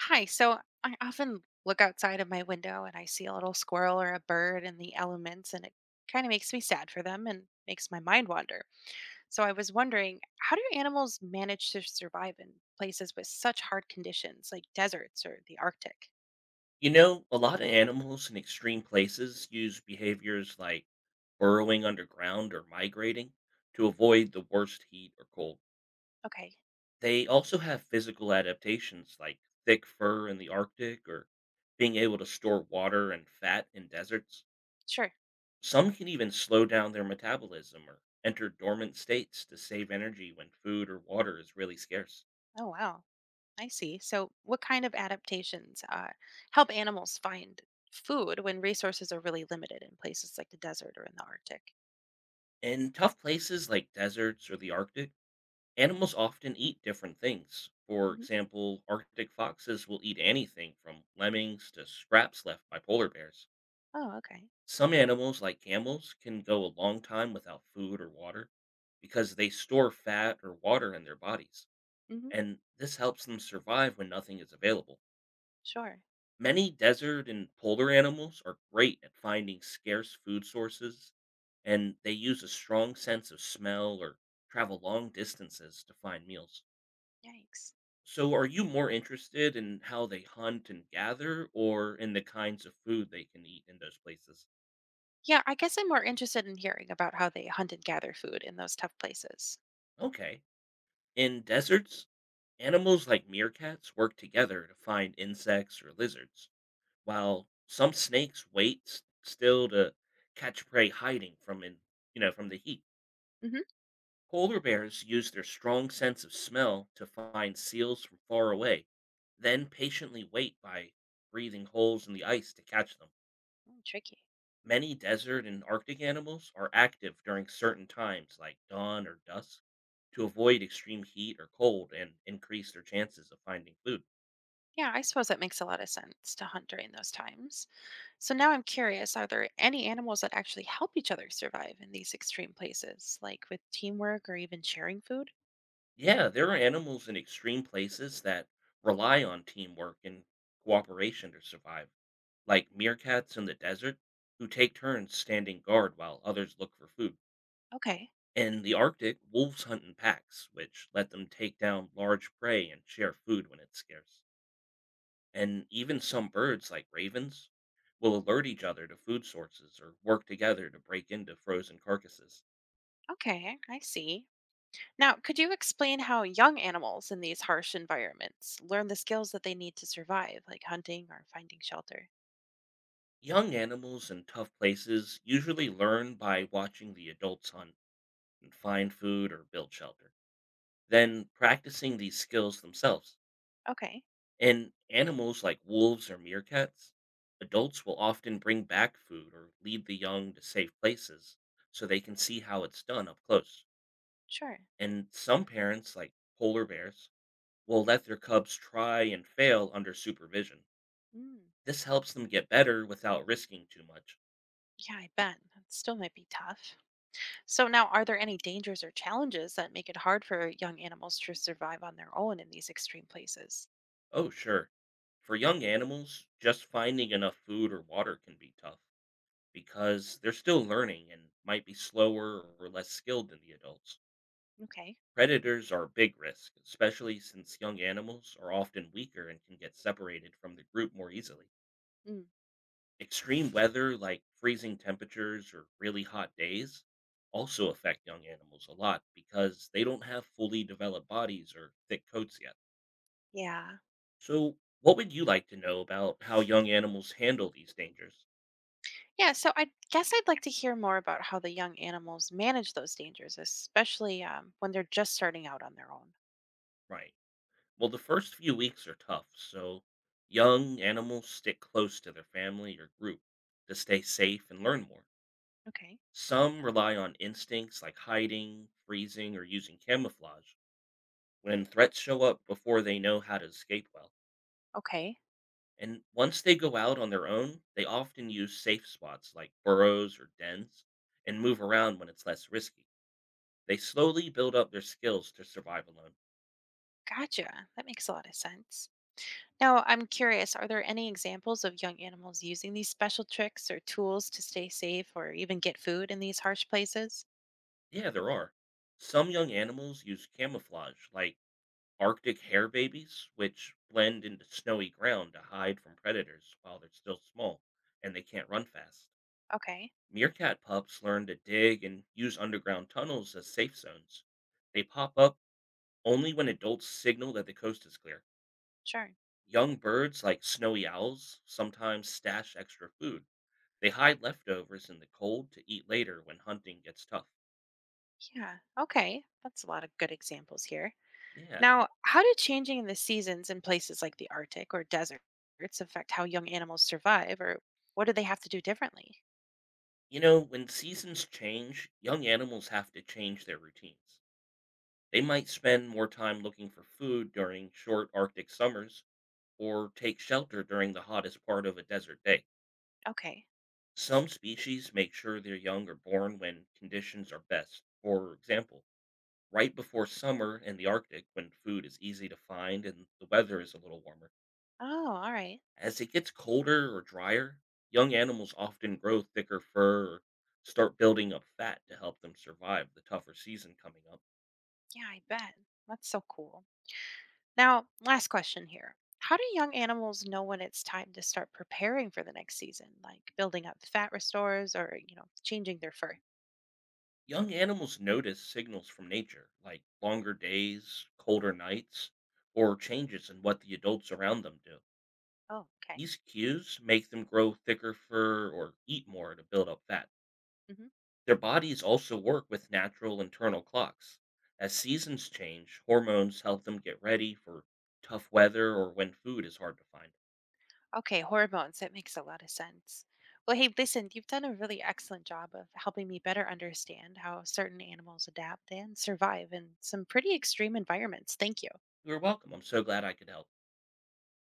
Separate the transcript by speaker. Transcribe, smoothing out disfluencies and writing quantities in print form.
Speaker 1: Hi. So I often look outside of my window and I see a little squirrel or a bird in the elements, and it kind of makes me sad for them and makes my mind wander. So I was wondering, how do animals manage to survive in places with such hard conditions like deserts or the Arctic?
Speaker 2: You know, a lot of animals in extreme places use behaviors like burrowing underground or migrating to avoid the worst heat or cold.
Speaker 1: Okay,
Speaker 2: They also have physical adaptations like thick fur in the Arctic or being able to store water and fat in deserts.
Speaker 1: sure.
Speaker 2: Some can even slow down their metabolism or enter dormant states to save energy when food or water is really scarce.
Speaker 1: Oh, wow. I see. So, what kind of adaptations help animals find food when resources are really limited in places like the desert or in the Arctic?
Speaker 2: In tough places like deserts or the Arctic, animals often eat different things. For
Speaker 1: Hmm.
Speaker 2: example, Arctic foxes will eat anything from lemmings to scraps left by polar bears.
Speaker 1: Oh, okay.
Speaker 2: Some animals, like camels, can go a long time without food or water because they store fat or water in their bodies,
Speaker 1: Hmm.
Speaker 2: and this helps them survive when nothing is available.
Speaker 1: Sure.
Speaker 2: Many desert and polar animals are great at finding scarce food sources, and they use a strong sense of smell or travel long distances to find meals.
Speaker 1: Yikes.
Speaker 2: So, are you more interested in how they hunt and gather or in the kinds of food they can eat in those places?
Speaker 1: Yeah, I guess I'm more interested in hearing about how they hunt and gather food in those tough places.
Speaker 2: Okay. In deserts, animals like meerkats work together to find insects or lizards, while some snakes wait still to catch prey hiding from in, you know, from the heat.
Speaker 1: Hmm.
Speaker 2: Polar bears use their strong sense of smell to find seals from far away, then patiently wait by breathing holes in the ice to catch them.
Speaker 1: Mm, tricky.
Speaker 2: Many desert and Arctic animals are active during certain times, like dawn or dusk, to avoid extreme heat or cold and increase their chances of finding food.
Speaker 1: Yeah, I suppose that makes a lot of sense to hunt during those times. So now I'm curious, are there any animals that actually help each other survive in these extreme places, like with teamwork or even sharing food?
Speaker 2: Yeah, there are animals in extreme places that rely on teamwork and cooperation to survive, like meerkats in the desert, who take turns standing guard while others look for food.
Speaker 1: Okay,
Speaker 2: In the Arctic, wolves hunt in packs, which let them take down large prey and share food when it's scarce. And even some birds, like ravens, will alert each other to food sources or work together to break into frozen carcasses.
Speaker 1: okay, I see. Now, could you explain how young animals in these harsh environments learn the skills that they need to survive, like hunting or finding shelter?
Speaker 2: Young animals in tough places usually learn by watching the adults hunt and find food or build shelter, then practicing these skills themselves.
Speaker 1: Okay,
Speaker 2: In animals like wolves or meerkats, adults will often bring back food or lead the young to safe places so they can see how it's done up close.
Speaker 1: sure.
Speaker 2: And some parents, like polar bears, will let their cubs try and fail under supervision.
Speaker 1: Mm.
Speaker 2: This helps them get better without risking too much.
Speaker 1: Yeah, I bet. That still might be tough. So, now are there any dangers or challenges that make it hard for young animals to survive on their own in these extreme places?
Speaker 2: Oh, sure. For young animals, just finding enough food or water can be tough because they're still learning and might be slower or less skilled than the adults.
Speaker 1: Okay.
Speaker 2: Predators are a big risk, especially since young animals are often weaker and can get separated from the group more easily.
Speaker 1: Mm.
Speaker 2: Extreme weather, like freezing temperatures or really hot days, also affect young animals a lot because they don't have fully developed bodies or thick coats yet.
Speaker 1: Yeah.
Speaker 2: So, what would you like to know about how young animals handle these dangers?
Speaker 1: Yeah. So, I guess I'd like to hear more about how the young animals manage those dangers, especially when they're just starting out on their own.
Speaker 2: Right. Well, the first few weeks are tough, so young animals stick close to their family or group to stay safe and learn more.
Speaker 1: Okay.
Speaker 2: Some rely on instincts like hiding, freezing, or using camouflage when threats show up before they know how to escape well.
Speaker 1: Okay.
Speaker 2: And once they go out on their own, they often use safe spots like burrows or dens and move around when it's less risky. They slowly build up their skills to survive alone.
Speaker 1: Gotcha. That makes a lot of sense. Now, I'm curious, are there any examples of young animals using these special tricks or tools to stay safe or even get food in these harsh places?
Speaker 2: Yeah, there are. Some young animals use camouflage, like Arctic hare babies, which blend into snowy ground to hide from predators while they're still small and they can't run fast.
Speaker 1: Okay.
Speaker 2: Meerkat pups learn to dig and use underground tunnels as safe zones. They pop up only when adults signal that the coast is clear.
Speaker 1: Sure.
Speaker 2: Young birds like snowy owls sometimes stash extra food. They hide leftovers in the cold to eat later when hunting gets tough.
Speaker 1: Yeah. Okay. That's a lot of good examples here.
Speaker 2: Yeah.
Speaker 1: Now, how do changing the seasons in places like the Arctic or deserts affect how young animals survive, or what do they have to do differently?
Speaker 2: You know, when seasons change, young animals have to change their routines. They might spend more time looking for food during short Arctic summers or take shelter during the hottest part of a desert day.
Speaker 1: Okay.
Speaker 2: Some species make sure their young are born when conditions are best. For example, right before summer in the Arctic when food is easy to find and the weather is a little warmer.
Speaker 1: Oh, all right.
Speaker 2: As it gets colder or drier, young animals often grow thicker fur or start building up fat to help them survive the tougher season coming up.
Speaker 1: Yeah, I bet. That's so cool. Now, last question here. How do young animals know when it's time to start preparing for the next season, like building up fat restores or changing their fur?
Speaker 2: Young animals notice signals from nature, like longer days, colder nights, or changes in what the adults around them do.
Speaker 1: Oh, okay.
Speaker 2: These cues make them grow thicker fur or eat more to build up fat. Their bodies also work with natural internal clocks. As seasons change, hormones help them get ready for tough weather or when food is hard to find.
Speaker 1: Okay, hormones. That makes a lot of sense. Well, hey, listen, you've done a really excellent job of helping me better understand how certain animals adapt and survive in some pretty extreme environments. Thank you.
Speaker 2: You're welcome. I'm so glad I could help.